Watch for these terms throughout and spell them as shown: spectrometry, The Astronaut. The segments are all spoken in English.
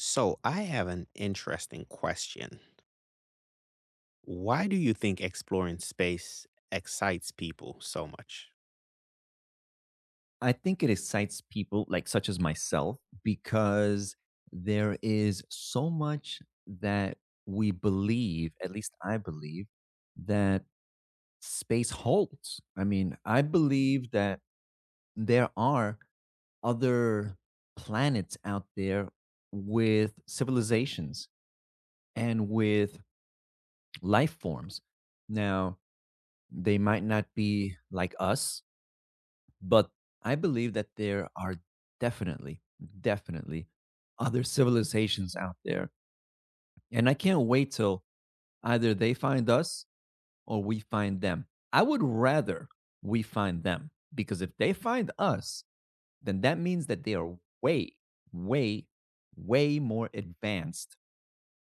So, I have an interesting question. Why do you think exploring space excites people so much? I think it excites people like such as myself because there is so much that we believe, at least I believe, that space holds. I mean, I believe that there are other planets out there with civilizations and with life forms. Now, they might not be like us, but I believe that there are definitely, definitely other civilizations out there. And I can't wait till either they find us or we find them. I would rather we find them because if they find us, then that means that they are way, way, way more advanced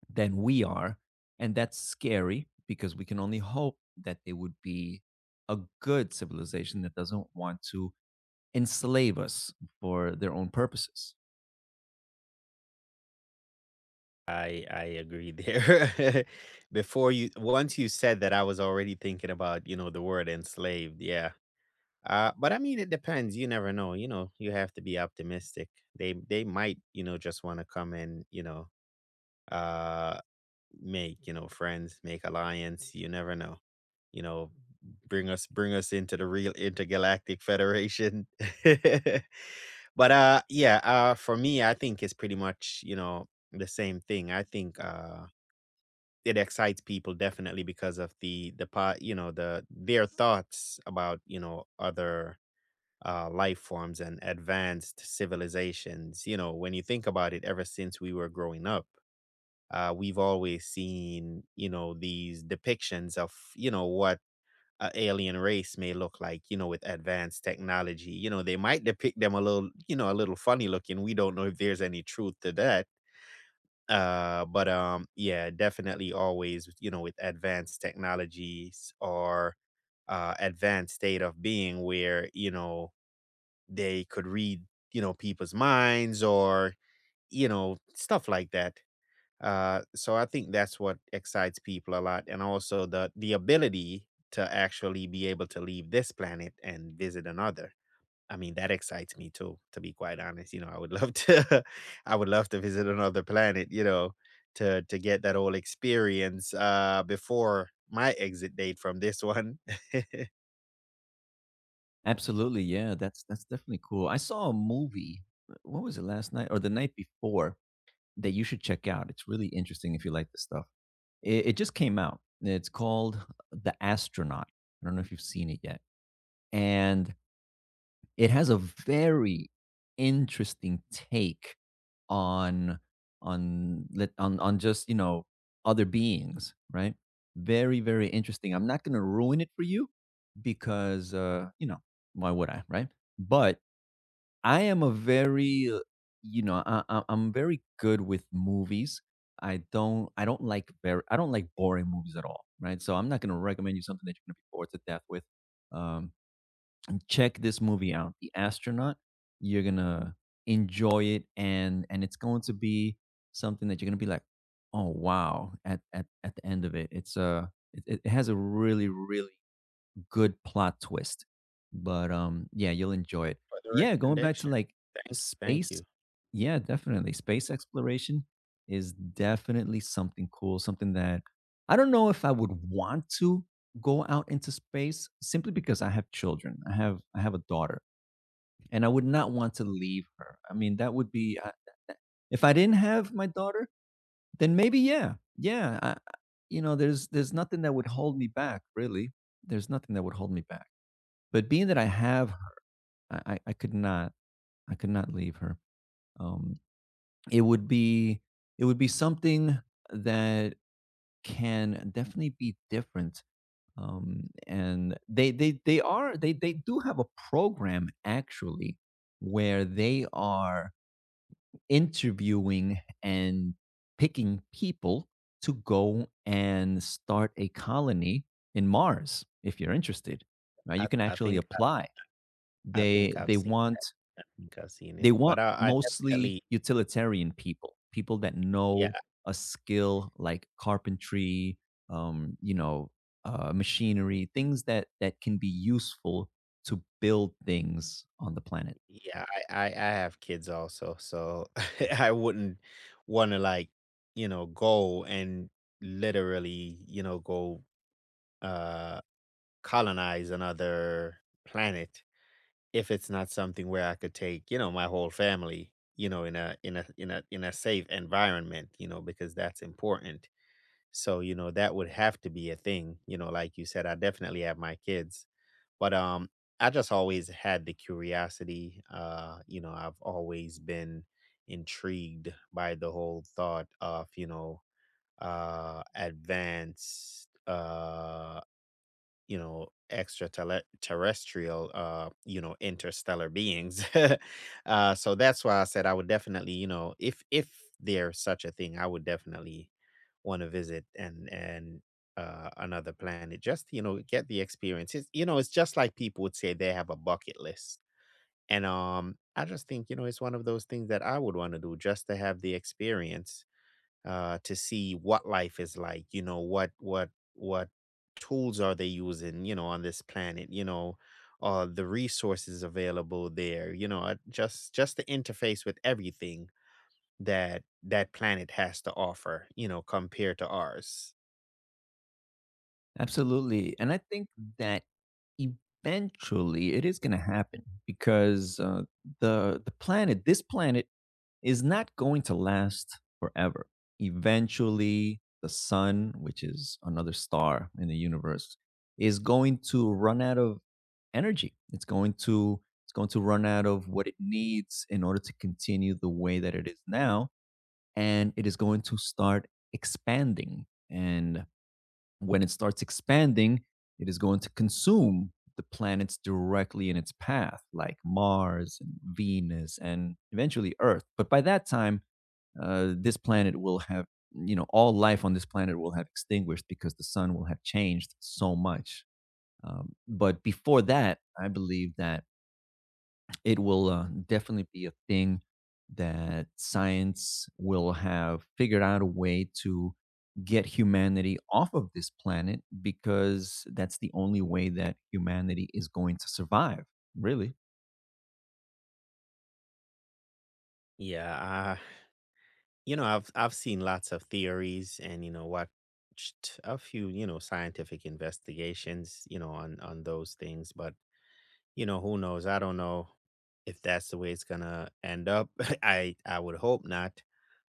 than we are. And that's scary because we can only hope that they would be a good civilization that doesn't want to enslave us for their own purposes. I agree there. Before you once you said that I was already thinking about, you know, the word enslaved. Yeah. But I mean, it depends. You never know. You know, you have to be optimistic. They might, you know, just want to come and, uh, make, you know, friends, make alliance, you never know. You know, bring us into the real intergalactic federation. But for me I think it's pretty much, you know, the same thing. I think it excites people definitely because of the part, you know, the their thoughts about, you know, other life forms and advanced civilizations. You know, when you think about it, ever since we were growing up, we've always seen, you know, these depictions of, you know, what a alien race may look like, you know, with advanced technology. You know, they might depict them a little, you know, a little funny looking. We don't know if there's any truth to that. But Yeah, definitely always, you know, with advanced technologies or advanced state of being where, you know, they could read, you know, people's minds or, you know, stuff like that. So I think that's what excites people a lot, and also the ability to actually be able to leave this planet and visit another. I mean, that excites me too, to be quite honest. You know, I would love to, I would love to visit another planet. You know, to get that whole experience before my exit date from this one. for Absolutely, yeah, that's definitely cool. I saw a movie, what was it, last night or the night before, that you should check out? It's really interesting if you like this stuff. It just came out. It's called The Astronaut. I don't know if you've seen it yet. And it has a very interesting take on on lit- on just other beings, right? Very very interesting. I'm not going to ruin it for you because why would I, right? But I am a very I'm very good with movies. I don't like boring movies at all, right? So I'm not going to recommend you something that you're going to be bored to death with. Um, Check this movie out, The Astronaut. You're gonna enjoy it, and it's going to be something that you're gonna be like, oh wow, at the end of it. It has a really really good plot twist. But yeah, you'll enjoy it. the Yeah, going back to recommendation, like thank you, thank space. you. Yeah, definitely. Space exploration is definitely something cool, something that I don't know if I would want to go out into space simply because I have children. I have a daughter and I would not want to leave her. I mean, that would be if I didn't have my daughter, then maybe yeah. Yeah, there's nothing that would hold me back, really. There's nothing that would hold me back. But being that I have, I I I could not I could not leave her. Um, it would be it would be something that can definitely be different. And they are they do have a program actually where they are interviewing and picking people to go and start a colony in Mars if you're interested. Right? I You can I actually think apply. I think They I've they seen. want I think I've seen it, They but want I mostly definitely. utilitarian people, people that Yeah, know a skill like carpentry, um, you know, machinery, things that can be useful to build things on the planet. Yeah, I have kids also, so I wouldn't wanna, like, you know, go and literally, uh, colonize another planet if it's not something where I could take, you know, my whole family, you know, in a safe environment, you know, because that's important. So, you know, that would have to be a thing, you know, like you said, I definitely have my kids. But I just always had the curiosity. You know, I've always been intrigued by the whole thought of, you know, advanced, you know, extraterrestrial, you know, interstellar beings. So that's why I said I would definitely, you know, if there's such a thing, I would definitely want to visit and another planet, just, you know, get the experience. It's, you know, it's just like people would say they have a bucket list, and I just think, you know, it's one of those things that I would want to do just to have the experience to see what life is like. You know, what tools are they using? You know, on this planet. You know, the resources available there. You know, just the interface with everything that that planet has to offer. You know, compared to ours. Absolutely. And I think that eventually it is going to happen because the planet, this planet, is not going to last forever. Eventually, the sun, which is another star in the universe, is going to run out of energy. It's going to run out of what it needs in order to continue the way that it is now, and it is going to start expanding. And when it starts expanding, it is going to consume the planets directly in its path, like Mars and Venus and eventually Earth. But by that time, this planet will have, you know, all life on this planet will have extinguished because the sun will have changed so much. But before that, I believe that it will definitely be a thing that science will have figured out a way to get humanity off of this planet because that's the only way that humanity is going to survive, really. Yeah, you know, I've seen lots of theories and, you know, watched a few, you know, scientific investigations, you know, on those things, but, you know, who knows? I don't know if that's the way it's gonna end up. I would hope not,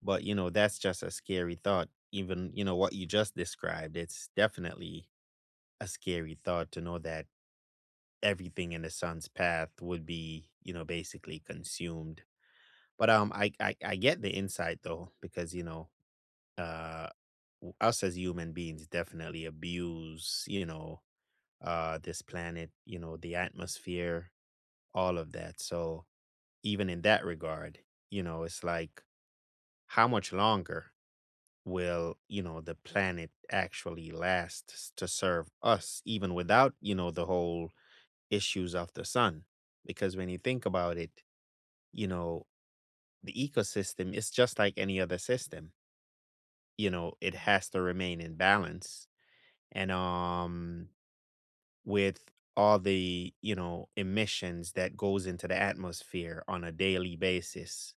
but you know, that's just a scary thought. Even, you know, what you just described, it's definitely a scary thought to know that everything in the sun's path would be, you know, basically consumed. But I get the insight though, because you know, uh us as human beings definitely abuse, you know, this planet, you know, the atmosphere, all of that. So even in that regard, you know, it's like how much longer will, you know, the planet actually last to serve us even without, you know, the whole issues of the sun? Because when you think about it, you know, the ecosystem is just like any other system. You know, it has to remain in balance. And with all the, you know, emissions that goes into the atmosphere on a daily basis,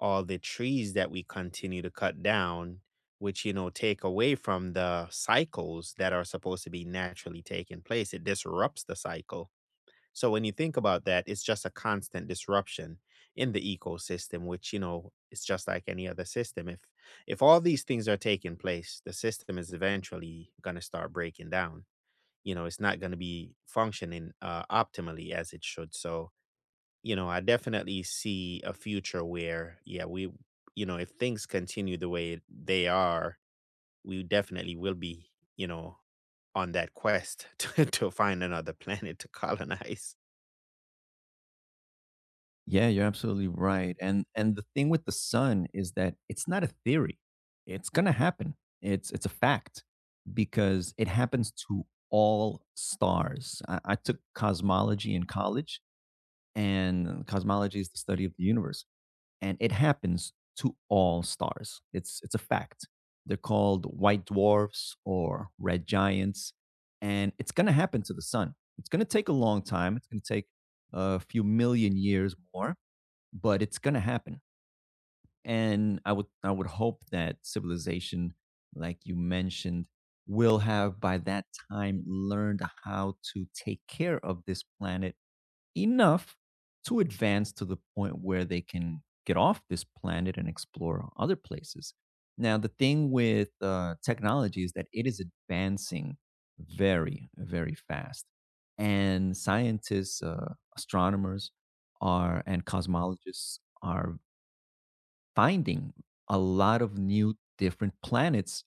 all the trees that we continue to cut down, which, you know, take away from the cycles that are supposed to be naturally taking place. It disrupts the cycle. So when you think about that, it's just a constant disruption in the ecosystem, which, you know, it's just like any other system. If all these things are taking place, the system is eventually gonna start breaking down. You know, it's not gonna be functioning optimally as it should. So you know, I definitely see a future where, yeah, we, you know, if things continue the way they are, we definitely will be, you know, on that quest to find another planet to colonize. Yeah, you're absolutely right. And the thing with the sun is that it's not a theory. It's going to happen. It's a fact because it happens to all stars. I took cosmology in college, and cosmology is the study of the universe. And it happens to all stars. It's a fact. They're called white dwarfs or red giants, and it's going to happen to the sun. It's going to take a long time. It's going to take a few million years more, but it's going to happen. And I would hope that civilization, like you mentioned, will have by that time learned how to take care of this planet enough to advance to the point where they can get off this planet and explore other places. Now, the thing with technology is that it is advancing very, very fast. And scientists, astronomers, are and cosmologists are finding a lot of new different planets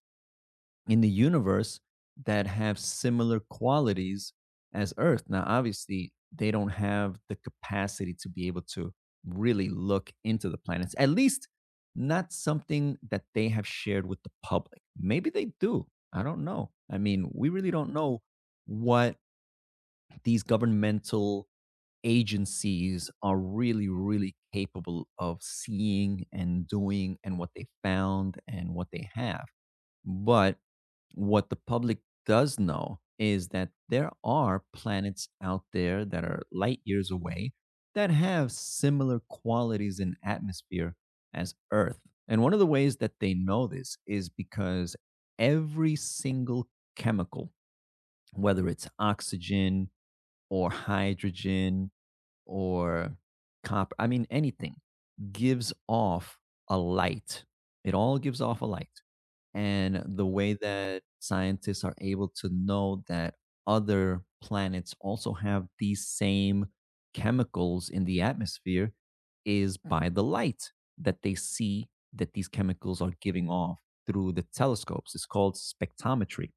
in the universe that have similar qualities as Earth. Now, obviously, they don't have the capacity to be able to really look into the planets, at least not something that they have shared with the public. Maybe they do. I don't know. I mean, we really don't know what these governmental agencies are really, really capable of seeing and doing and what they found and what they have. But what the public does know is that there are planets out there that are light years away that have similar qualities in atmosphere as Earth. And one of the ways that they know this is because every single chemical, whether it's oxygen or hydrogen or copper, I mean, anything, gives off a light. It all gives off a light, and the way that scientists are able to know that other planets also have these same chemicals in the atmosphere is by the light that they see that these chemicals are giving off through the telescopes. It's called spectrometry.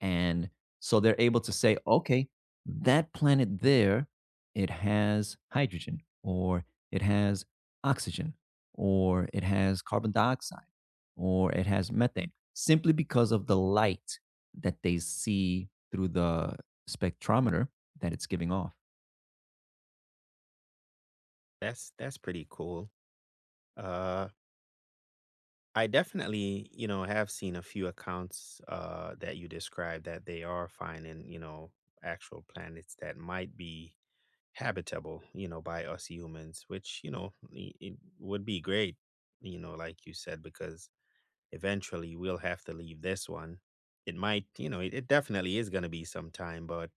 And so they're able to say, okay, that planet there, it has hydrogen or it has oxygen or it has carbon dioxide or it has methane simply because of the light that they see through the spectrometer that it's giving off. That's pretty cool. Uh, I definitely, you know, have seen a few accounts that you described, that they are finding, you know, actual planets that might be habitable, you know, by us humans, which, you know, it would be great, you know, like you said, because eventually we'll have to leave this one. It might, you know, it definitely is going to be some time, but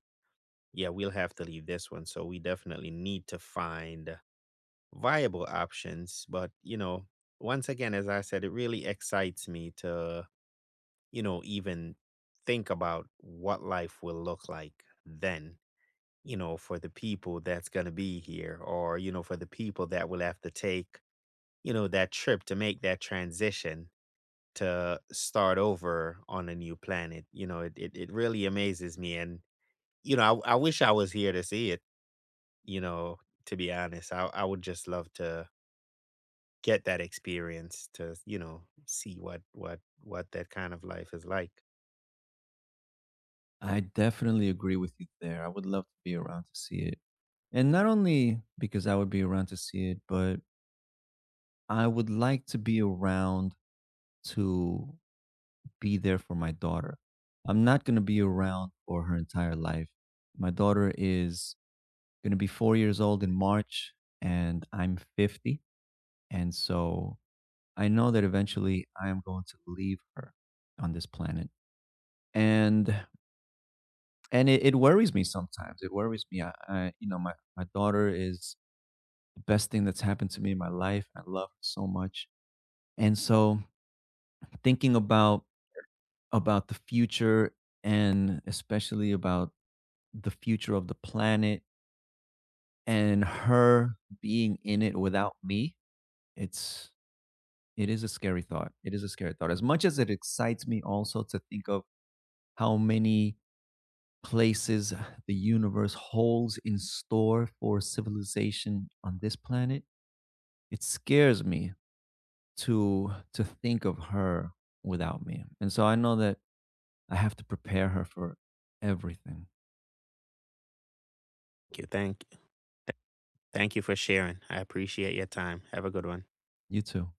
yeah, we'll have to leave this one. So we definitely need to find viable options. But, you know, once again, as I said, it really excites me to, you know, even think about what life will look like then, you know, for the people that's going to be here or, you know, for the people that will have to take, you know, that trip to make that transition to start over on a new planet. You know, it really amazes me. And, you know, I wish I was here to see it, you know, to be honest, I would just love to get that experience to, you know, see what that kind of life is like. I definitely agree with you there. I would love to be around to see it. And not only because I would be around to see it, but I would like to be around to be there for my daughter. I'm not going to be around for her entire life. My daughter is going to be 4 years old in March, and I'm 50. And so I know that eventually I am going to leave her on this planet. And and it worries me sometimes. It worries me. I my daughter is the best thing that's happened to me in my life. I love her so much. And so thinking about the future and especially about the future of the planet and her being in it without me, it's it is a scary thought. It is a scary thought. As much as it excites me also to think of how many places the universe holds in store for civilization on this planet, it scares me to think of her without me. And so I know that I have to prepare her for everything. Thank you. Thank you for sharing. I appreciate your time. Have a good one. You too.